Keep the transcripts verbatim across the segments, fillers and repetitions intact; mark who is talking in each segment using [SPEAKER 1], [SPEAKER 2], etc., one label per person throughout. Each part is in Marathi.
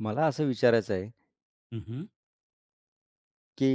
[SPEAKER 1] मला असं विचारायचं आहे,
[SPEAKER 2] हं, हं.
[SPEAKER 1] की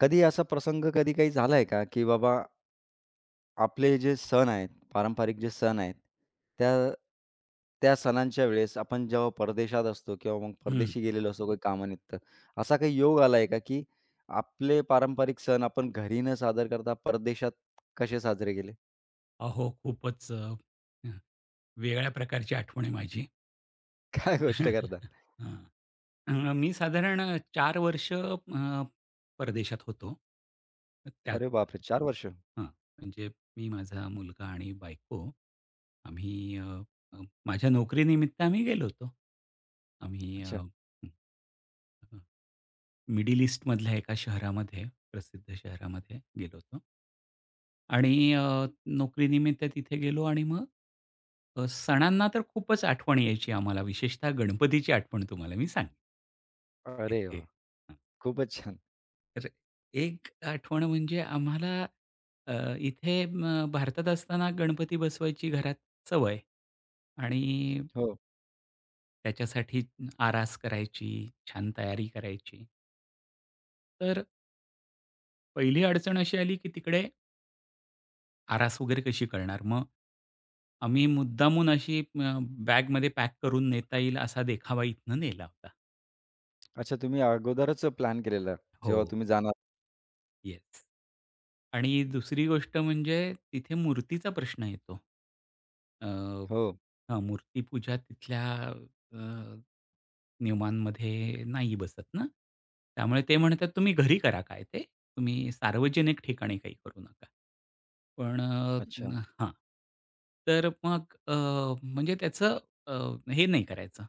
[SPEAKER 1] कधी असा प्रसंग कधी काही झालाय का, की बाबा आपले जे सण आहेत, पारंपरिक जे सण आहेत, त्या त्या सणांच्या वेळेस आपण जेव्हा परदेशात असतो किंवा मग परदेशी गेलेलो असतो काही कामानिमित्त, असा काही योग आलाय का, की आपले पारंपरिक सण आपण घरी न सादर करता परदेशात कसे साजरे केले?
[SPEAKER 2] अहो, खूपच अ, वेगळ्या प्रकारची आठवण आहे माझी.
[SPEAKER 1] काय गोष्ट करता?
[SPEAKER 2] हां. अ, मी साधारण चार वर्ष अ, परदेशात होतो. त्यात
[SPEAKER 1] अरे बापरे! चार वर्ष?
[SPEAKER 2] हां. म्हणजे मी, माझा मुलगा आणि बायको आम्ही अ, अ, माझ्या नोकरीनिमित्त आम्ही गेलो होतो. आम्ही अ,
[SPEAKER 1] अच्छा.
[SPEAKER 2] मिडल ईस्टमधल्या एका शहरामध्ये, प्रसिद्ध शहरामध्ये गेलो होतो. आणि अ, नोकरीनिमित्त तिथे गेलो आणि मग अ, सणांना तर खूपच आठवण यायची आम्हाला, विशेषतः गणपतीची आठवण तुम्हाला मी सांगेन
[SPEAKER 1] अरे
[SPEAKER 2] इथे.
[SPEAKER 1] वाह!
[SPEAKER 2] हां,
[SPEAKER 1] खूपच छान.
[SPEAKER 2] तर एक आठवण म्हणजे आम्हाला अ, इथे म भारतात असताना गणपती बसवायची घरात सवय, आणि
[SPEAKER 1] हो.
[SPEAKER 2] त्याच्यासाठी आरास करायची, छान तयारी करायची. तर पहिली अडचण अशी आली, की तिकडे आरास वगैरे कशी करणार? मग आम्ही मुद्दामून अशी अ, बॅगमध्ये पॅक करून नेता येईल असा देखावा इथनं नेला होता.
[SPEAKER 1] अच्छा, तुम्ही अगोदरच प्लॅन केलेला,
[SPEAKER 2] हो.
[SPEAKER 1] जेव्हा तुम्ही जाणार?
[SPEAKER 2] येस. आणि दुसरी गोष्ट म्हणजे तिथे मूर्तीचा प्रश्न येतो. अ,
[SPEAKER 1] हो.
[SPEAKER 2] हां, मूर्तीपूजा तिथल्या अ, नियमांमध्ये नाही बसत ना. त्यामुळे ते म्हणतात, "तुम्ही घरी करा काय ते. तुम्ही सार्वजनिक ठिकाणी काही करू नका." पण अ,
[SPEAKER 1] अच्छा.
[SPEAKER 2] न- हां. तर मग अ, म्हणजे त्याचं अ, हे नाही करायचं.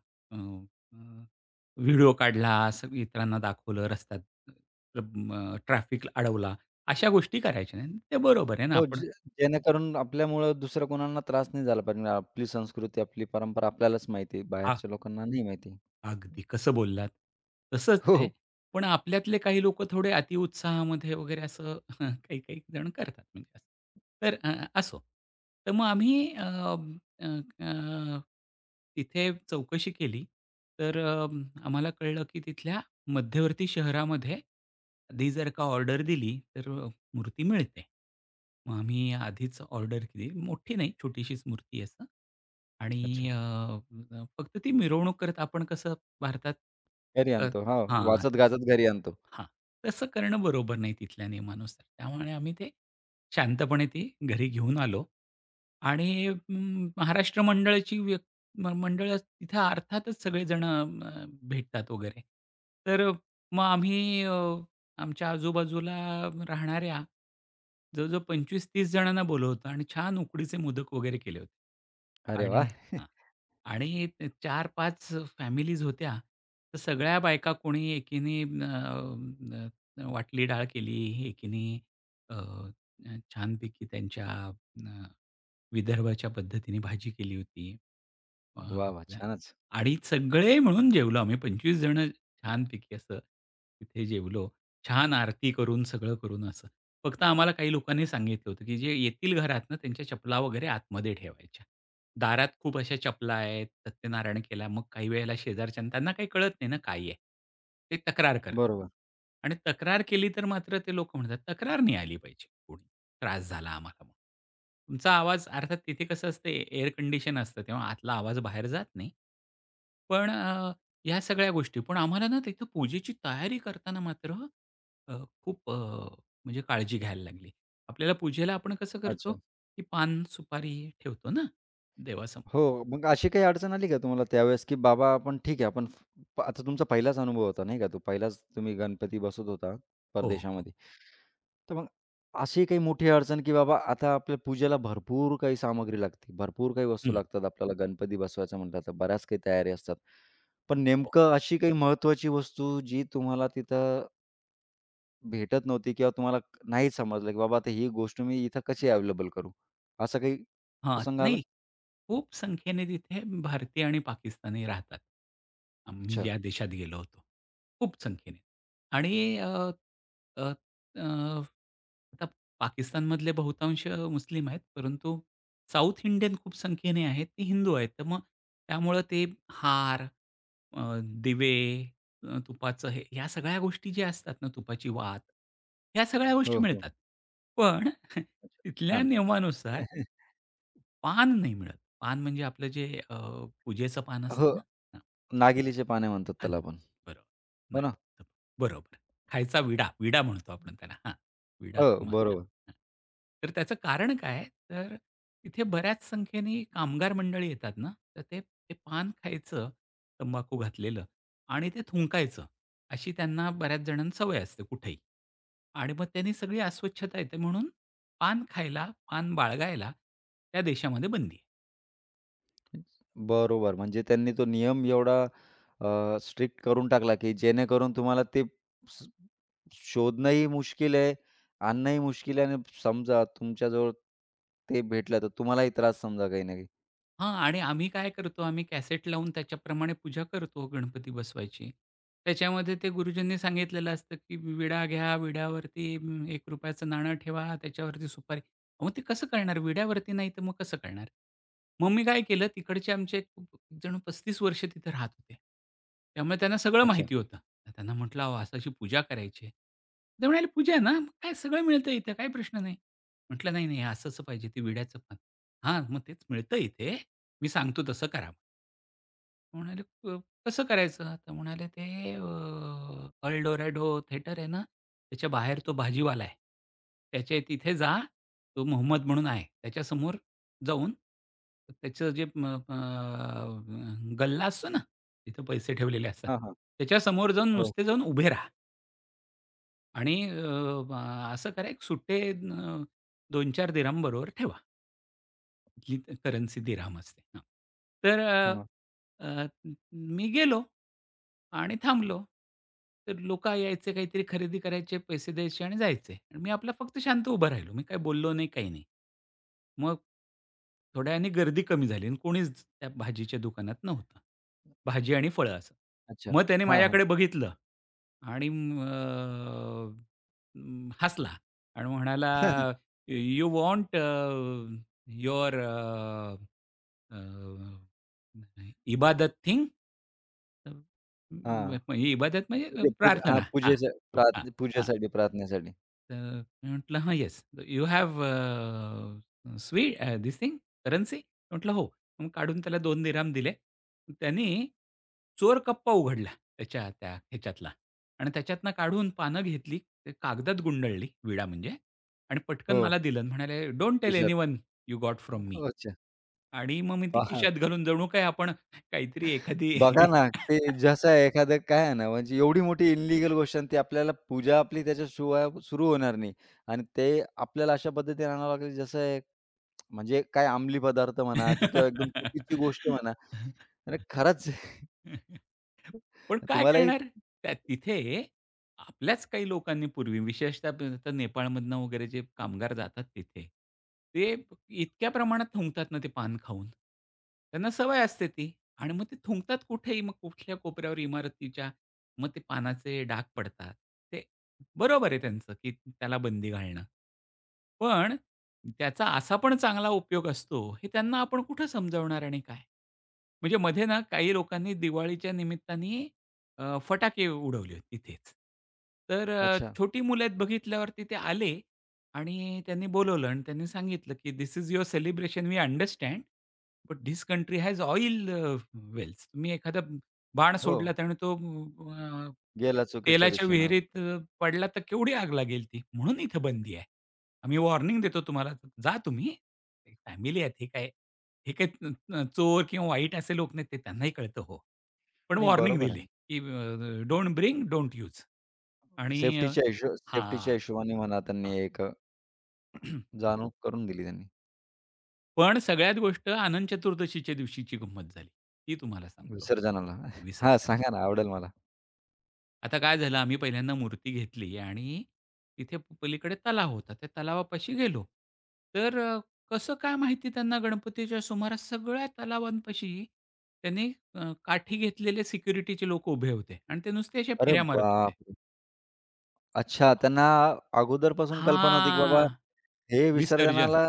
[SPEAKER 2] व्हिडिओ काढला, असं इतरांना दाखवलं रस्त्यात, अ, ट्रॅफिक अडवला, अशा गोष्टी करायच्या नाहीत. ते बरोबर आहे ना,
[SPEAKER 1] हो,
[SPEAKER 2] आपण.
[SPEAKER 1] जे जेणेकरून आपल्यामुळं दुसऱ्या कोणाला त्रास नाही झाला पाहिजे. म्हणजे आपली संस्कृती, आपली परंपरा आपल्यालाच माहिती, बाहेरच्या लोकांना नाही माहिती.
[SPEAKER 2] अगदी. कसं बोललात. तसंच
[SPEAKER 1] हो,
[SPEAKER 2] आहे.
[SPEAKER 1] हो.
[SPEAKER 2] पण आपल्यातले काही लोक थोडे अतिउत्साहामध्ये वगैरे असं काही-काही जण करतात म्हणजे असं. तर अ, असो. तर मग आम्ही अ, अ, अ, तिथे चौकशी केली. तर अ, आम्हाला कळलं की तिथल्या मध्यवर्ती शहरामध्ये आधी जर का ऑर्डर दिली तर अ, मूर्ती मिळते. मग आम्ही आधीच ऑर्डर केली. मोठी नाही, छोटीशीच मूर्ती असं. आणि
[SPEAKER 1] अच्छा.
[SPEAKER 2] अ, फक्त ती मिरवणूक करत आपण कसं भारतात
[SPEAKER 1] घरी
[SPEAKER 2] अ,
[SPEAKER 1] आणतो. हां,
[SPEAKER 2] हां,
[SPEAKER 1] वाजत-गाजत घरी आणतो.
[SPEAKER 2] हां. तसं करणं बरोबर नाही तिथल्या नियमानुसार. त्यामुळे आम्ही ते शांतपणे ती घरी घेऊन आलो. आणि म, महाराष्ट्र मंडळाची व्य म मंडळ तिथं अर्थातच सगळेजण अ, भेटतात वगैरे. तर मग आम्ही अ, आमच्या आजूबाजूला राहणाऱ्या जवळ-जवळ पंचवीस तीस 30 जणांना बोलावलं होतं आणि छान उकडीचे मोदक वगैरे केले होते.
[SPEAKER 1] अरे
[SPEAKER 2] आणि
[SPEAKER 1] वाह!
[SPEAKER 2] हां. आणि ते चार पाच फॅमिलीज होत्या. तर सगळ्या बायका, कोणी एकीने अ, अ, वाटली डाळ केली, एकीने अ, छानपैकी त्यांच्या विदर्भाच्या पद्धतीने भाजी केली होती. अ,
[SPEAKER 1] वाह, वाह! छानच.
[SPEAKER 2] आणि सगळे मिळून जेवलो आम्ही पंचवीस जण, छानपैकी असं तिथे जेवलो. छान आरती करून सगळं करून असं. फक्त आम्हाला काही लोकांनी सांगितलं होतं, की जे येतील घरातनं त्यांच्या चपला वगैरे आतमध्ये ठेवायच्या. दारात खूप अशा चपला आहेत, सत्यनारायण केला. मग काही वेळेला शेजारच्यानं त्यांना काही कळत नाही ना काय आहे. ते तक्रार करतात,
[SPEAKER 1] बरोबर.
[SPEAKER 2] आणि तक्रार केली तर मात्र ते लोकं म्हणतात, तक्रार नाही आली पाहिजे कोणी. त्रास झाला आम्हाला मग. तुमचा आवाज अर्थात तिथे कसं असते, एअर कंडिशन असतं तेव्हा आतला आवाज बाहेर जात नाही. पण अ, ह्या सगळ्या गोष्टी, पण आम्हाला ना तिथं पूजेची तयारी करताना मात्र अ, खूप अ, म्हणजे काळजी घ्यायला लागली. आपल्याला पूजेला आपण कसं करतो,
[SPEAKER 1] अच्छा.
[SPEAKER 2] की पान, सुपारी ठेवतो ना देवासमोर.
[SPEAKER 1] हो. मग अशी काही अडचण आली का तुम्हाला त्यावेळेस, की बाबा आपण ठीक आहे, आपण फ- आता तुमचा पहिलाच अनुभव होता नाही का, तो पहिलाच तुम्ही गणपती बसवत होता
[SPEAKER 2] हो, हो.
[SPEAKER 1] परदेशामध्ये. तर मग अशी काही मोठी अडचण, की बाबा आता आपल्या पूजेला भरपूर काही सामग्री लागते, भरपूर काही
[SPEAKER 2] हं.
[SPEAKER 1] वस्तू
[SPEAKER 2] हो.
[SPEAKER 1] लागतात, आपल्याला गणपती बसवायचं म्हटलं तर बऱ्याच काही तयारी असतात. पण नेमकं अशी काही महत्त्वाची वस्तू जी तुम्हाला तिथं भेटत नव्हती किंवा तुम्हाला क- नाही समजलं, की बाबा आता ही गोष्ट मी इथं कशी अवेलेबल करू? असा काही
[SPEAKER 2] हां,
[SPEAKER 1] प्रसंग आला?
[SPEAKER 2] नाही. खूप संख्येने तिथे भारतीय आणि पाकिस्तानी राहतात. आम्ही
[SPEAKER 1] अच्छा.
[SPEAKER 2] ज्या देशात गेलो होतो. खूप संख्येने, आणि अ, अ, अ, आता पाकिस्तानमधले बहुतांश मुस्लिम आहेत, परंतु साउथ इंडियन खूप संख्येने आहेत, ते हिंदू आहेत. तर मग त्यामुळं ते हार, अ, दिवे, अ, तुपाचं हे, ह्या सगळ्या गोष्टी ज्या असतात ना, तुपाची वात, ह्या सगळ्या
[SPEAKER 1] हो,
[SPEAKER 2] गोष्टी
[SPEAKER 1] हो.
[SPEAKER 2] मिळतात. पण
[SPEAKER 1] अच्छा,
[SPEAKER 2] तिथल्या
[SPEAKER 1] छान.
[SPEAKER 2] नियमानुसार पान नाही मिळत. पान म्हणजे आपलं जे अ, पूजेचं पान
[SPEAKER 1] हो,
[SPEAKER 2] असतं ना? हां,
[SPEAKER 1] नागिलीचे पाने म्हणतात त्याला
[SPEAKER 2] अन्न.
[SPEAKER 1] आपण.
[SPEAKER 2] बरोबर.
[SPEAKER 1] हो
[SPEAKER 2] नाही.
[SPEAKER 1] ना?
[SPEAKER 2] तर बरोबर. खायचा विडा, विडा म्हणतो आपण त्याला. हां, विडा
[SPEAKER 1] हो, हो.
[SPEAKER 2] किंवा हां,
[SPEAKER 1] बरोबर.
[SPEAKER 2] हां. तर त्याचं कारण काय आहे? तर तिथे बऱ्याच संख्येने कामगार मंडळी येतात ना, तर ते ते पान खायचं, तंबाखू घातलेलं, आणि ते थुंकायचं. अशी त्यांना बऱ्याच जणांना सवय असते कुठेही. आणि मग त्यांनी सगळी अस्वच्छता येते, म्हणून पान खायला, पान बाळगायला त्या देशामध्ये बंदी आहे.
[SPEAKER 1] बरोबर. म्हणजे त्यांनी तो नियम एवढा अ, स्ट्रिक्ट करून टाकला, की जेणेकरून तुम्हाला ते स शोधणंही मुश्किल आहे, आणणंही मुश्किल आहे आणि समजा तुमच्याजवळ ते भेटलं तर तुम्हालाही त्रास समजा काही ना काही.
[SPEAKER 2] हां, आणि आम्ही काय करतो, आम्ही कॅसेट लावून त्याच्याप्रमाणे पूजा करतो हो गणपती बसवायची. त्याच्यामध्ये ते गुरुजींनी सांगितलेलं असतं, की विडा घ्या, विड्यावरती अं, ₹एक रुपयाचं नाणं ठेवा, त्याच्यावरती सुपारी. अहो, ते कसं करणार? विड्यावरती नाही तर मग कसं करणार? मग मी काय केलं, तिकडचे आमचे खूप जण पस्तीस वर्ष तिथे राहत होते. त्यामुळे त्यांना सगळं
[SPEAKER 1] अच्छा.
[SPEAKER 2] माहिती होतं. तर त्यांना म्हटलं, "अहो, असं अशी पूजा करायची आहे." ते म्हणाले, "पूजा ना? मग काय, सगळं मिळतं इथे, काही प्रश्न नाही." म्हटलं, "नाही, नाही, असं-असं पाहिजे ते विड्याचं पान." "हां, मग तेच मिळतं इथे. मी सांगतो तसं करा." म्हणाले, "क कसं करायचं?" तर म्हणाले, "ते अ, अल डोरॅडो थिएटर आहे ना, त्याच्या बाहेर तो भाजीवाला आहे. त्याच्या तिथे जा. तो मोहम्मद म्हणून आहे. त्याच्यासमोर जाऊन त्याचं जे म अ, गल्ला असतो ना, तिथे पैसे ठेवलेले असतात.
[SPEAKER 1] हां, हां.
[SPEAKER 2] त्याच्यासमोर जाऊन
[SPEAKER 1] हो.
[SPEAKER 2] नुसते जाऊन उभे राहा आणि अ, असं करा, एक सुट्टे अ, दोन चार दिरहम बरोबर ठेवा." जी करन्सी दिरहम असते. हां. तर अ,
[SPEAKER 1] हां.
[SPEAKER 2] अ, मी गेलो आणि थांबलो. तर लोकं यायचे, काहीतरी खरेदी करायचे, पैसे द्यायचे आणि जायचे. आणि मी आपला फक्त शांत उभा राहिलो. मी काही बोललो नाही, काही नाही. मग थोड्या वेळाने गर्दी कमी झाली आणि कोणीच त्या भाजीच्या दुकानात नव्हतं. भाजी आणि फळं असं.
[SPEAKER 1] अच्छा.
[SPEAKER 2] मग त्याने
[SPEAKER 1] हां, हां.
[SPEAKER 2] माझ्याकडे बघितलं आणि म, अ, अं, हसला आणि म्हणाला, "यू वॉन्ट अ, युअर इबादत थिंग?"
[SPEAKER 1] हां.
[SPEAKER 2] इबादत म्हणजे अ,
[SPEAKER 1] पूजे पूजे हां,
[SPEAKER 2] प्रार्थना. हां,
[SPEAKER 1] पूजेच्या प्रा
[SPEAKER 2] हां, हां.
[SPEAKER 1] पूजेसाठी, प्रार्थनेसाठी.
[SPEAKER 2] तर मी म्हटलं, "हां, येस. यू हॅव अ, स्वी थिंग करन्सी?" म्हटलं, "हो." मग काढून त्याला दोन दिरहम दिले. त्यानी चोर कप्पा उघडला त्याच्या त्या ह्याच्यातला, आणि त्याच्यातनं काढून पानं घेतली, ते कागदात गुंडळली, विडा म्हणजे, आणि पटकन
[SPEAKER 1] हो.
[SPEAKER 2] मला दिलं आणि म्हणाले, "डोंट टेल
[SPEAKER 1] खिशात.
[SPEAKER 2] Anyone you got from me."
[SPEAKER 1] हो, अच्छा.
[SPEAKER 2] आणि मग मी ती
[SPEAKER 1] पहा
[SPEAKER 2] खिशात घालून जणू काय आपण काहीतरी एखादी.
[SPEAKER 1] बघा ना, ते जसं एखादं काय आहे ना, म्हणजे एवढी मोठी इल्लीगल गोष्ट आणि ती आपल्याला पूजा आपली त्याच्याशिवाय सुरू होणार नाही आणि ते आपल्याला अशा पद्धतीने आणावं लागेल, जसं एक म्हणजे काय अंमली पदार्थ म्हणा की किंवा एकदम चुकीची गोष्ट म्हणा. आणि खरंच.
[SPEAKER 2] पण काय
[SPEAKER 1] तुम्हालाही
[SPEAKER 2] करणार? त्या तिथे आपल्याच काही लोकांनी पूर्वी, विशेषतः प- तर नेपाळमधनं वगैरे जे कामगार जातात तिथे, ते प- इतक्या प्रमाणात थुंकतात ना ते पान खाऊन. त्यांना सवय असते ती, आणि मग ते थुंकतात कुठेही, मग कुठल्या कोपऱ्यावर इमारतीच्या, मग ते पानाचे डाग पडतात. ते बरोबर आहे त्यांचं की त्याला बंदी घालणं. पण त्याचा असा पण चांगला उपयोग असतो, हे त्यांना आपण कुठं समजावणार आणि काय? म्हणजे मध्ये ना काही लोकांनी दिवाळीच्या निमित्ताने अ, फटाके उडवले होते तिथेच. तर अ,
[SPEAKER 1] अच्छा.
[SPEAKER 2] छोटी मुलं आहेत बघितल्यावरती ते आले आणि त्यांनी बोलवलं, आणि त्यांनी सांगितलं, की "this is your celebration, we understand, but this country has oil wells. तुम्ही एखादा बाण
[SPEAKER 1] हो,
[SPEAKER 2] सोडलात आणि तो अ,
[SPEAKER 1] गेला चुकीच्या
[SPEAKER 2] तेलाच्या
[SPEAKER 1] दिशेनं.
[SPEAKER 2] विहिरीत अ, पडला तर केवढी आग लागेल ती. म्हणून इथे बंदी आहे. आम्ही वॉर्निंग देतो तुम्हाला, जा तुम्ही. फॅमिली आहेत हे काय." हे काही न न चोर किंवा वाईट असे लोक नाहीत, ते त्यांनाही कळतं हो. पण
[SPEAKER 1] नाही,
[SPEAKER 2] वॉर्निंग
[SPEAKER 1] बरोबर
[SPEAKER 2] दिली,
[SPEAKER 1] आहे.
[SPEAKER 2] की डोंट ब्रिंग, डोंट यूज. आणि अ,
[SPEAKER 1] सेफ्टीच्या हिशो
[SPEAKER 2] हां,
[SPEAKER 1] सेफ्टीच्या हिशोबाने म्हणा
[SPEAKER 2] हां.
[SPEAKER 1] त्यांनी एक अ, करून दिली त्यांनी.
[SPEAKER 2] पण सगळ्यात गोष्ट अनंत चतुर्दशीच्या दिवशीची गंमत झाली. ती तुम्हाला सांगतो
[SPEAKER 1] विसर्जनाला. हां,
[SPEAKER 2] विसर्जनला.
[SPEAKER 1] सांगा ना, आवडेल मला.
[SPEAKER 2] आता काय झालं, आम्ही पहिल्यांदा मूर्ती घेतली आणि तिथे प- पलीकडे तलाव होता. त्या तलावापाशी गेलो. तर अ, कसं काय माहिती त्यांना, गणपतीच्या सुमारास सगळ्या तलावांपाशी त्यांनी अ, काठी घेतलेले सिक्युरिटीचे लोक उभे होते आणि ते नुसते अशा
[SPEAKER 1] अरे
[SPEAKER 2] फेऱ्या मारत होते.
[SPEAKER 1] बापरे! अच्छा, त्यांना अगोदरपासून कल्पना होती की बाबा
[SPEAKER 2] हां.
[SPEAKER 1] हे
[SPEAKER 2] विसर्जन.
[SPEAKER 1] विसर्जनाला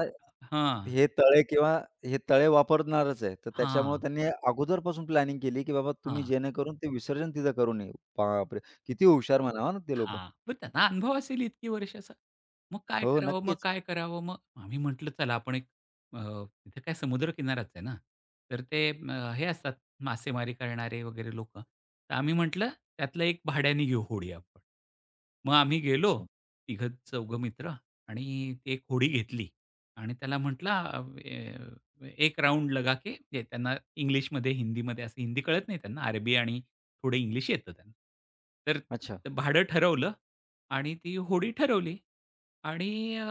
[SPEAKER 2] हां,
[SPEAKER 1] हे तळे किंवा हे तळे वापरणारच आहे. तर त्याच्यामुळे
[SPEAKER 2] हां,
[SPEAKER 1] त्यांनी अगोदरपासून प्लॅनिंग केली, की बाबा तुम्ही
[SPEAKER 2] हां.
[SPEAKER 1] जेणेकरून ते विसर्जन तिथं करू नये. बापरे! किती हुशार म्हणावा ना ते लोकं.
[SPEAKER 2] हां. मग त्यांना अनुभव असेल इतकी वर्षाचा. मग काय
[SPEAKER 1] हो, हो,
[SPEAKER 2] करावं? मग
[SPEAKER 1] नक्कीच.
[SPEAKER 2] काय करावं? मग आम्ही म्हटलं चला आपण एक अ, तिथे काय समुद्रकिनाराच आहे ना. तर ते अ, हे असतात मासेमारी करणारे वगैरे लोकं. तर आम्ही म्हटलं त्यातलं एक भाड्याने घेऊ होडी आपण. मग आम्ही गेलो
[SPEAKER 1] अच्छा,
[SPEAKER 2] तिघं-चौघं मित्र आणि ती एक होडी घेतली आणि त्याला म्हटलं एक राउंड लगा के, म्हणजे त्यांना इंग्लिशमध्ये, हिंदीमध्ये असं. हिंदी कळत नाही त्यांना. अरबी आणि थोडं इंग्लिश येतं त्यांना. तर
[SPEAKER 1] अच्छा.
[SPEAKER 2] तर भाडं ठरवलं आणि ती होडी ठरवली आणि अ,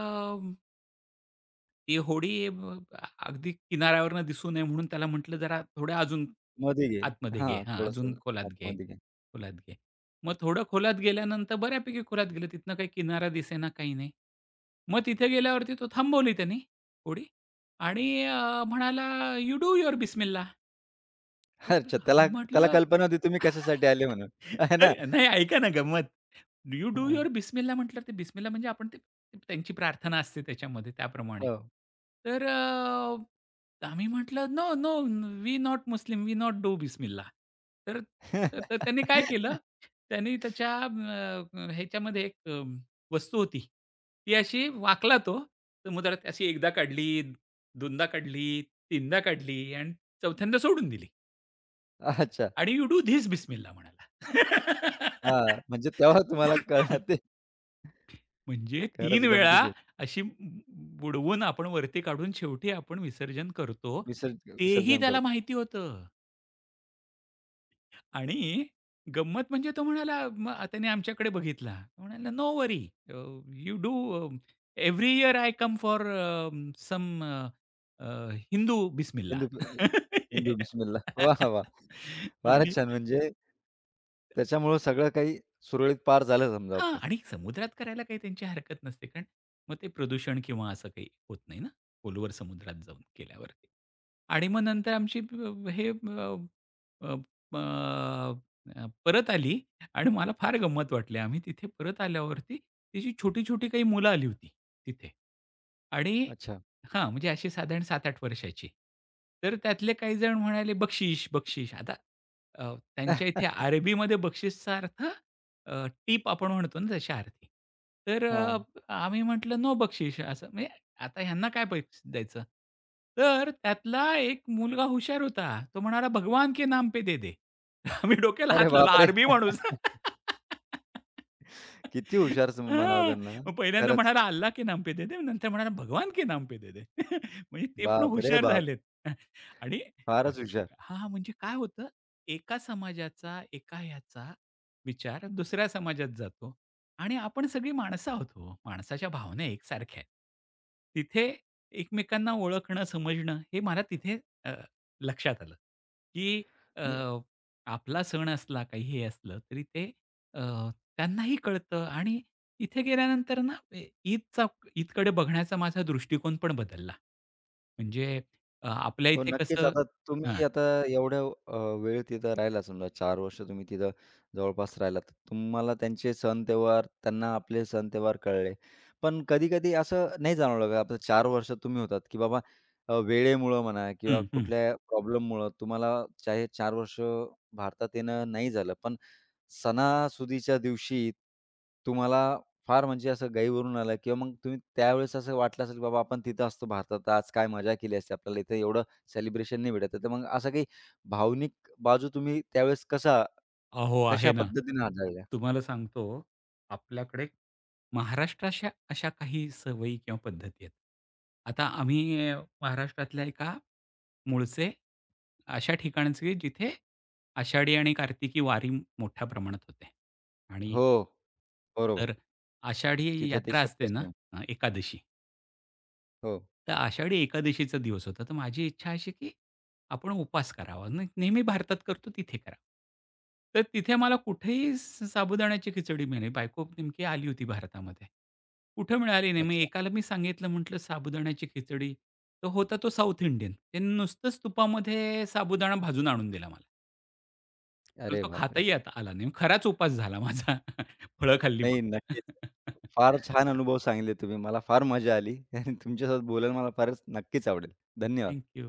[SPEAKER 2] ती होडी अ, अगदी किनाऱ्यावरनं दिसू नये म्हणून त्याला म्हटलं, "जरा थोड्या अजून
[SPEAKER 1] मध्ये घे.
[SPEAKER 2] आतमध्ये घे.
[SPEAKER 1] हां,
[SPEAKER 2] हां, अजून
[SPEAKER 1] थोडंसं
[SPEAKER 2] खोलात घे,
[SPEAKER 1] आतमध्ये घे.
[SPEAKER 2] खोलात घे." मग थोडं खोलात गेल्यानंतर बऱ्यापैकी खोलात गेलं. तिथनं काही किनारा दिसेना, काही नाही. मग तिथे गेल्यावरती तो थांबवली त्यांनी होडी आणि अ, म्हणाला, "यू डू युअर बिस्मिल्ला." तर
[SPEAKER 1] अच्छा, त्याला
[SPEAKER 2] आम्ही
[SPEAKER 1] त्याला
[SPEAKER 2] म्हटलं.
[SPEAKER 1] कल्पना होती तुम्ही कशासाठी
[SPEAKER 2] तर
[SPEAKER 1] आले म्हणून, आहे ना?
[SPEAKER 2] नाही, ऐका ना, गंमत. "डू यू डू
[SPEAKER 1] हां,
[SPEAKER 2] युअर बिस्मिल्ला" म्हटल्यावर, ते बिस्मिल्ला म्हणजे आपण ते, त्यांची प्रार्थना असते त्याच्यामध्ये त्याप्रमाणे.
[SPEAKER 1] हो.
[SPEAKER 2] तर अ, आम्ही म्हटलं, "no, no, we not Muslim, we not do बिस्मिल्ला." तर तर त्याने काय केलं, त्याने त्याच्या अ, ह्याच्यामध्ये एक अ, वस्तू होती. ती अशी वाकला तो, समुद्रात अशी एकदा काढली, दोनदा काढली, तीनदा काढली आणि चौथ्यांदा सोडून दिली
[SPEAKER 1] अच्छा.
[SPEAKER 2] आणि "यू डू धिस बिस्मिल्ला" म्हणाला.
[SPEAKER 1] हां, म्हणजे तेव्हा तुम्हाला कळलं ते.
[SPEAKER 2] म्हणजे तीन
[SPEAKER 1] खरंच
[SPEAKER 2] वेळा
[SPEAKER 1] गमतीशीर.
[SPEAKER 2] अशी बुडवून आपण वरती काढून शेवटी आपण विसर्जन करतो.
[SPEAKER 1] विसर्ज
[SPEAKER 2] तेही
[SPEAKER 1] विसर्जन
[SPEAKER 2] त्याला
[SPEAKER 1] करतो.
[SPEAKER 2] माहिती होतं. आणि गंमत म्हणजे तो म्हणाला, मग त्याने आमच्याकडे बघितला. तो म्हणाला, "no worry, you do. Every year I come for some Hindu बिस्मिल्ला."
[SPEAKER 1] हिंदू हिंदू बिस्मिल्ला. वाह! वाह!
[SPEAKER 2] आणि
[SPEAKER 1] फारच छान. म्हणजे त्याच्यामुळं सगळं काही सुरळीत पार झालं समजा
[SPEAKER 2] हां,
[SPEAKER 1] आपलं.
[SPEAKER 2] आणि समुद्रात करायला काही त्यांची हरकत नसते. कारण मग ते प्रदूषण किंवा असं काही होत नाही ना खोलवर समुद्रात जाऊन केल्यावरती. आणि मग नंतर आमची अ, हे अ, अ, अ, अ, परत आली, आणि मला फार गंमत वाटली. आम्ही तिथे परत आल्यावरती तिची छोटी-छोटी काही मुलं आली होती तिथे, आणि
[SPEAKER 1] अच्छा.
[SPEAKER 2] हां, म्हणजे अशी साधारण सात आठ वर्षाची. तर त्यातले काही जण म्हणाले, "बक्षीस, बक्षीस." आता अ, त्यांच्या इथे अरबीमध्ये बक्षीसचा अर्थ, टीप आपण म्हणतो ना तशा अर्थी. तर अ,
[SPEAKER 1] हां.
[SPEAKER 2] आम्ही म्हटलं, "नो बक्षीस" असं, म्हणजे आता ह्यांना काय पैसे द्यायचं? तर त्यातला एक मुलगा हुशार होता. तो म्हणाला, "भगवान के नाम पे दे दे." आम्ही डोक्याला
[SPEAKER 1] अरे
[SPEAKER 2] हात लावला.
[SPEAKER 1] बापरे!
[SPEAKER 2] अरबी माणूस.
[SPEAKER 1] किती हुशार स म्हणावं
[SPEAKER 2] हां.
[SPEAKER 1] त्यांना.
[SPEAKER 2] मग पहिल्यांदा
[SPEAKER 1] खरंच.
[SPEAKER 2] म्हणाला, "अल्लाह के नाम पे दे दे." नंतर म्हणाला, "भगवान के नाम पे दे दे." म्हणजे ते पण
[SPEAKER 1] बाप रे
[SPEAKER 2] हुशार
[SPEAKER 1] बाप!
[SPEAKER 2] झालेत. आणि
[SPEAKER 1] फारच हुशार.
[SPEAKER 2] हां, म्हणजे काय होतं, एका समाजाचा, एका ह्याचा विचार दुसऱ्या समाजात जातो. आणि आपण सगळी माणसं आहोत हो. माणसाच्या भावना एकसारख्या आहेत. तिथे एकमेकांना ओळखणं, समजणं हे मला तिथे अ, लक्षात आलं, की अ,
[SPEAKER 1] नाही
[SPEAKER 2] आपला सण असला, काही हे असलं तरी ते अ, त्यांनाही कळतं, आणि तिथे गेल्यानंतर ना ए ईदचा, ईदकडे बघण्याचा माझा दृष्टिकोन पण बदलला. म्हणजे अ, आपल्या
[SPEAKER 1] हो,
[SPEAKER 2] इथे
[SPEAKER 1] नक्कीच.
[SPEAKER 2] कसं.
[SPEAKER 1] आता
[SPEAKER 2] हां.
[SPEAKER 1] तुम्ही आता एवढ्या अ, वेळ तिथं राहिला समजा चार वर्ष तुम्ही तिथं जवळपास राहिलात. तुम्हाला त्यांचे सण-त्योहार, त्यांना आपले सण-त्योहार कळले. पण कधी-कधी असं नाही जाणवलं का, आता चार वर्ष तुम्ही होतात, की बाबा अ, वेळेमुळं म्हणा किंवा
[SPEAKER 2] हं, हं.
[SPEAKER 1] कुठल्या प्रॉब्लेममुळं तुम्हाला चाहे चार वर्ष भारतात येणं नाही झालं, पण सणासुदीच्या दिवशी तुम्हाला फार म्हणजे असं गाईवरून आलं किंवा मग तुम्ही त्यावेळेस असं वाटलं असेल, बाबा आपण तिथं असतो भारतात, तर आज काय मजा केली असती. आपल्याला इथे एवढं सेलिब्रेशन नाही भेटत आहे. तर मग असा काही भावनिक बाजू तुम्ही त्यावेळेस कसा
[SPEAKER 2] अहो,
[SPEAKER 1] कशा
[SPEAKER 2] आहे ना.
[SPEAKER 1] पद्धतीने हाताळल्या?
[SPEAKER 2] तुम्हाला सांगतो आपल्याकडे महाराष्ट्राच्या अशा काही सवयी किंवा पद्धती आहेत. आता आम्ही अ, महाराष्ट्रातल्या एका मूळचे, अशा ठिकाणचे जिथे आषाढी आणि कार्तिकी वारी मोठ्या प्रमाणात होते. आणि
[SPEAKER 1] हो, बरोबर.
[SPEAKER 2] तर आषाढी
[SPEAKER 1] तिथं ते
[SPEAKER 2] यात्रा असते
[SPEAKER 1] शक्यच
[SPEAKER 2] ना
[SPEAKER 1] नाही.
[SPEAKER 2] अ, एकादशी.
[SPEAKER 1] हो.
[SPEAKER 2] तर आषाढी एकादशीचा दिवस होता, तर माझी इच्छा अशी की आपण उपास करावा. न नेहमी भारतात करतो तिथे करा. तर तिथे मला कुठेही स साबुदाण्याची खिचडी मिळाली. बायको नेमकी आली होती भारतामध्ये. कुठं मिळाली नाही. मग
[SPEAKER 1] अच्छा.
[SPEAKER 2] एकाला मी सांगितलं म्हटलं, "साबुदाण्याची खिचडी." तो होता तो साउथ इंडियन. त्याने नुसतंच तुपामध्ये साबुदाणा भाजून आणून दिला मला. मला
[SPEAKER 1] अरे
[SPEAKER 2] तो
[SPEAKER 1] बापरे!
[SPEAKER 2] खाताही आता आला नाही. खराच उपवास झाला माझा. फळं खाल्ली
[SPEAKER 1] नाही,
[SPEAKER 2] फक्त.
[SPEAKER 1] नक्कीच. फार छान अनुभव सांगितले तुम्ही. मला फार मजा आली आणि तुमच्यासोबत बोलायला मला फारच नक्कीच आवडेल. धन्यवाद.
[SPEAKER 2] थँक